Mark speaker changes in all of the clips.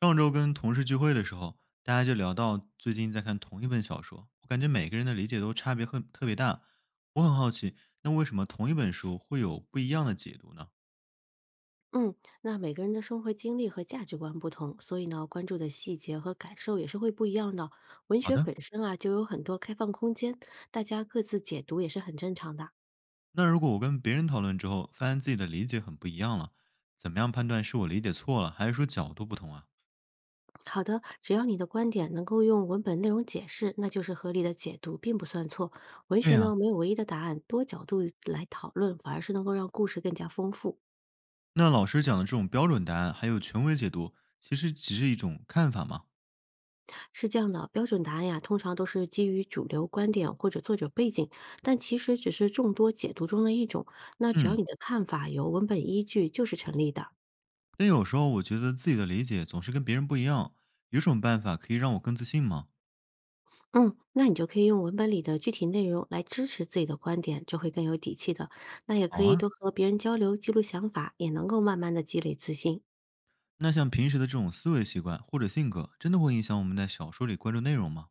Speaker 1: 上周跟同事聚会的时候，大家就聊到最近在看同一本小说，我感觉每个人的理解都差别很特别大。我很好奇，那为什么同一本书会有不一样的解读呢？
Speaker 2: 嗯，那每个人的生活经历和价值观不同，所以呢，关注的细节和感受也是会不一样的。文
Speaker 1: 好
Speaker 2: 学
Speaker 1: 的。
Speaker 2: 本身啊，就有很多开放空间，大家各自解读也是很正常的。
Speaker 1: 那如果我跟别人讨论之后，发现自己的理解很不一样了，怎么样判断是我理解错了，还是说角度不同啊？
Speaker 2: 好的，只要你的观点能够用文本内容解释，那就是合理的解读，并不算错。文
Speaker 1: 对
Speaker 2: 学
Speaker 1: 呀、
Speaker 2: 呢，没有唯一的答案，多角度来讨论，反而是能够让故事更加丰富。
Speaker 1: 那老师讲的这种标准答案还有权威解读，其实只是一种看法嘛。
Speaker 2: 是这样的，标准答案呀，通常都是基于主流观点或者作者背景，但其实只是众多解读中的一种。那只要
Speaker 1: 嗯。
Speaker 2: 你的看法有文本依据，就是成立的。
Speaker 1: 但有时候我觉得自己的理解总是跟别人不一样，有什么办法可以让我更自信吗？
Speaker 2: 嗯，那你就可以用文本里的具体内容来支持自己的观点，就会更有底气的。那也可
Speaker 1: 好
Speaker 2: 以
Speaker 1: 啊。
Speaker 2: 多和别人交流，记录想法，也能够慢慢的积累自信。
Speaker 1: 那像平时的这种思维习惯或者性格，真的会影响我们在小说里关注内容吗？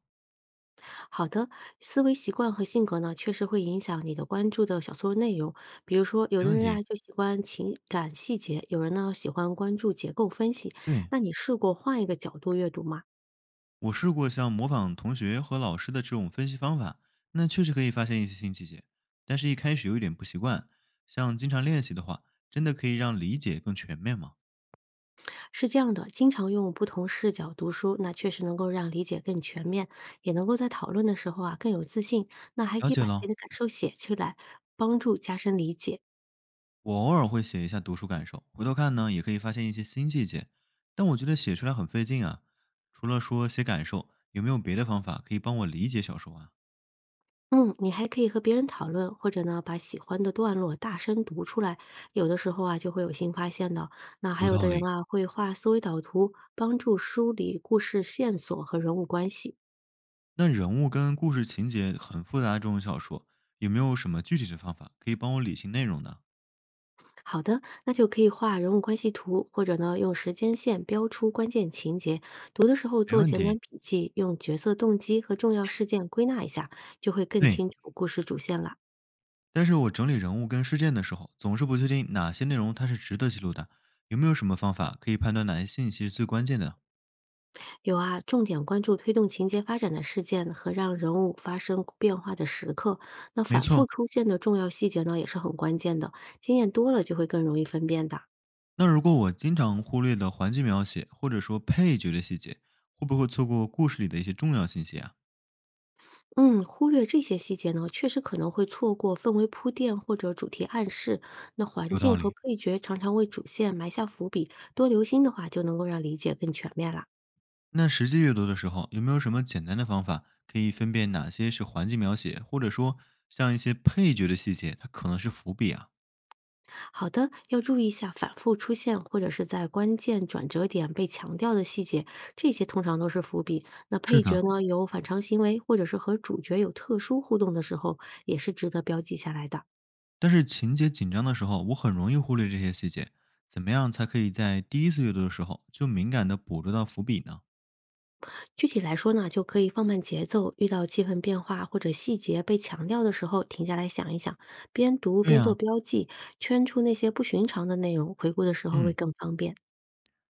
Speaker 2: 好的，思维习惯和性格呢，确实会影响你的关注的小说内容。比如说，有
Speaker 1: 没
Speaker 2: 的
Speaker 1: 问
Speaker 2: 人
Speaker 1: 题。
Speaker 2: 啊就喜欢情感细节，有人呢喜欢关注结构分析。
Speaker 1: 对，
Speaker 2: 那你试过换一个角度阅读吗？
Speaker 1: 我试过像模仿同学和老师的这种分析方法，那确实可以发现一些新细节，但是一开始有一点不习惯。像经常练习的话，真的可以让理解更全面吗？
Speaker 2: 是这样的，经常用不同视角读书，那确实能够让理解更全面，也能够在讨论的时候啊更有自信。那还可
Speaker 1: 了
Speaker 2: 以
Speaker 1: 解
Speaker 2: 把自己
Speaker 1: 了。
Speaker 2: 的感受写出来，帮助加深理解。
Speaker 1: 我偶尔会写一下读书感受，回头看呢也可以发现一些新细节，但我觉得写出来很费劲啊。除了说写感受，有没有别的方法可以帮我理解小说啊？
Speaker 2: 嗯，你还可以和别人讨论，或者呢，把喜欢的段落大声读出来。有的时候啊，就会有新发现的。那还
Speaker 1: 有
Speaker 2: 有的
Speaker 1: 道
Speaker 2: 人
Speaker 1: 理。
Speaker 2: 啊，会画思维导图，帮助梳理故事线索和人物关系。
Speaker 1: 那人物跟故事情节很复杂的这种小说，有没有什么具体的方法可以帮我理清内容呢？
Speaker 2: 好的，那就可以画人物关系图，或者呢，用时间线标出关键情节。读的时候
Speaker 1: 没
Speaker 2: 做
Speaker 1: 问
Speaker 2: 简短
Speaker 1: 题。
Speaker 2: 笔记，用角色动机和重要事件归纳一下，就会更
Speaker 1: 对，
Speaker 2: 清楚故事主线了。
Speaker 1: 但是我整理人物跟事件的时候，总是不确定哪些内容它是值得记录的。有没有什么方法可以判断哪些信息是最关键的？
Speaker 2: 有啊，重点关注推动情节发展的事件和让人物发生变化的时刻。那
Speaker 1: 没
Speaker 2: 反复
Speaker 1: 错。
Speaker 2: 出现的重要细节呢，也是很关键的。经验多了就会更容易分辨的。
Speaker 1: 那如果我经常忽略的环境描写或者说配角的细节，会不会错过故事里的一些重要信息啊？
Speaker 2: 嗯，忽略这些细节呢，确实可能会错过氛围铺垫或者主题暗示。那环
Speaker 1: 有
Speaker 2: 境
Speaker 1: 道
Speaker 2: 和
Speaker 1: 理。
Speaker 2: 配角常常为主线埋下伏笔，多留心的话，就能够让理解更全面啦。
Speaker 1: 那实际阅读的时候，有没有什么简单的方法可以分辨哪些是环境描写，或者说像一些配角的细节，它可能是伏笔啊？
Speaker 2: 好的，要注意一下反复出现或者是在关键转折点被强调的细节，这些通常都是伏笔。那
Speaker 1: 是
Speaker 2: 配角
Speaker 1: 的，
Speaker 2: 呢有反常行为，或者是和主角有特殊互动的时候，也是值得标记下来的。
Speaker 1: 但是情节紧张的时候，我很容易忽略这些细节。怎么样才可以在第一次阅读的时候就敏感地捕捉到伏笔呢？
Speaker 2: 具体来说呢，就可以放慢节奏，遇到气氛变化或者细节被强调的时候，停下来想一想，边读
Speaker 1: 对
Speaker 2: 边做
Speaker 1: 呀、
Speaker 2: 标记，圈出那些不寻常的内容，回顾的时候会
Speaker 1: 嗯，
Speaker 2: 更方便。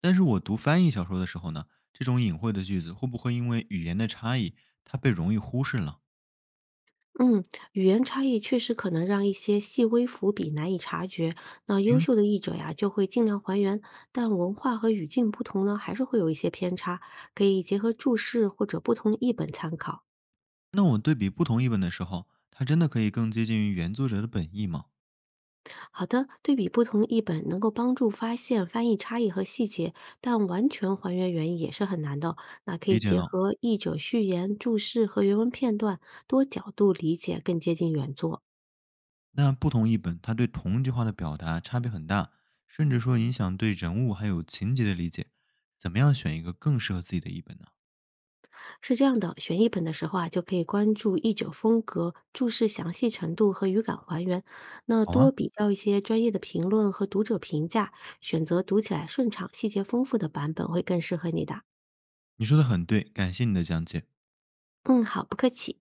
Speaker 1: 但是我读翻译小说的时候呢，这种隐晦的句子会不会因为语言的差异，它被容易忽视了？
Speaker 2: 嗯，语言差异确实可能让一些细微伏笔难以察觉。那优
Speaker 1: 嗯。
Speaker 2: 秀的译者呀，就会尽量还原，但文化和语境不同呢，还是会有一些偏差。可以结合注释或者不同译本参考。
Speaker 1: 那我对比不同译本的时候，它真的可以更接近于原作者的本意吗？
Speaker 2: 好的，对比不同译本能够帮助发现翻译差异和细节，但完全还原原意也是很难的。那可以
Speaker 1: 理解
Speaker 2: 结
Speaker 1: 了。
Speaker 2: 合译者序言、注释和原文片段，多角度理解，更接近原作。
Speaker 1: 那不同译本，它对同一句话的表达差别很大，甚至说影响对人物还有情节的理解。怎么样选一个更适合自己的译本呢？
Speaker 2: 是这样的，选译本的时候啊，就可以关注译者风格、注释详细程度和语感还原，那
Speaker 1: 好啊，
Speaker 2: 多比较一些专业的评论和读者评价，选择读起来顺畅、细节丰富的版本会更适合你的。
Speaker 1: 你说的很对，感谢你的讲解。
Speaker 2: 嗯，好，不客气。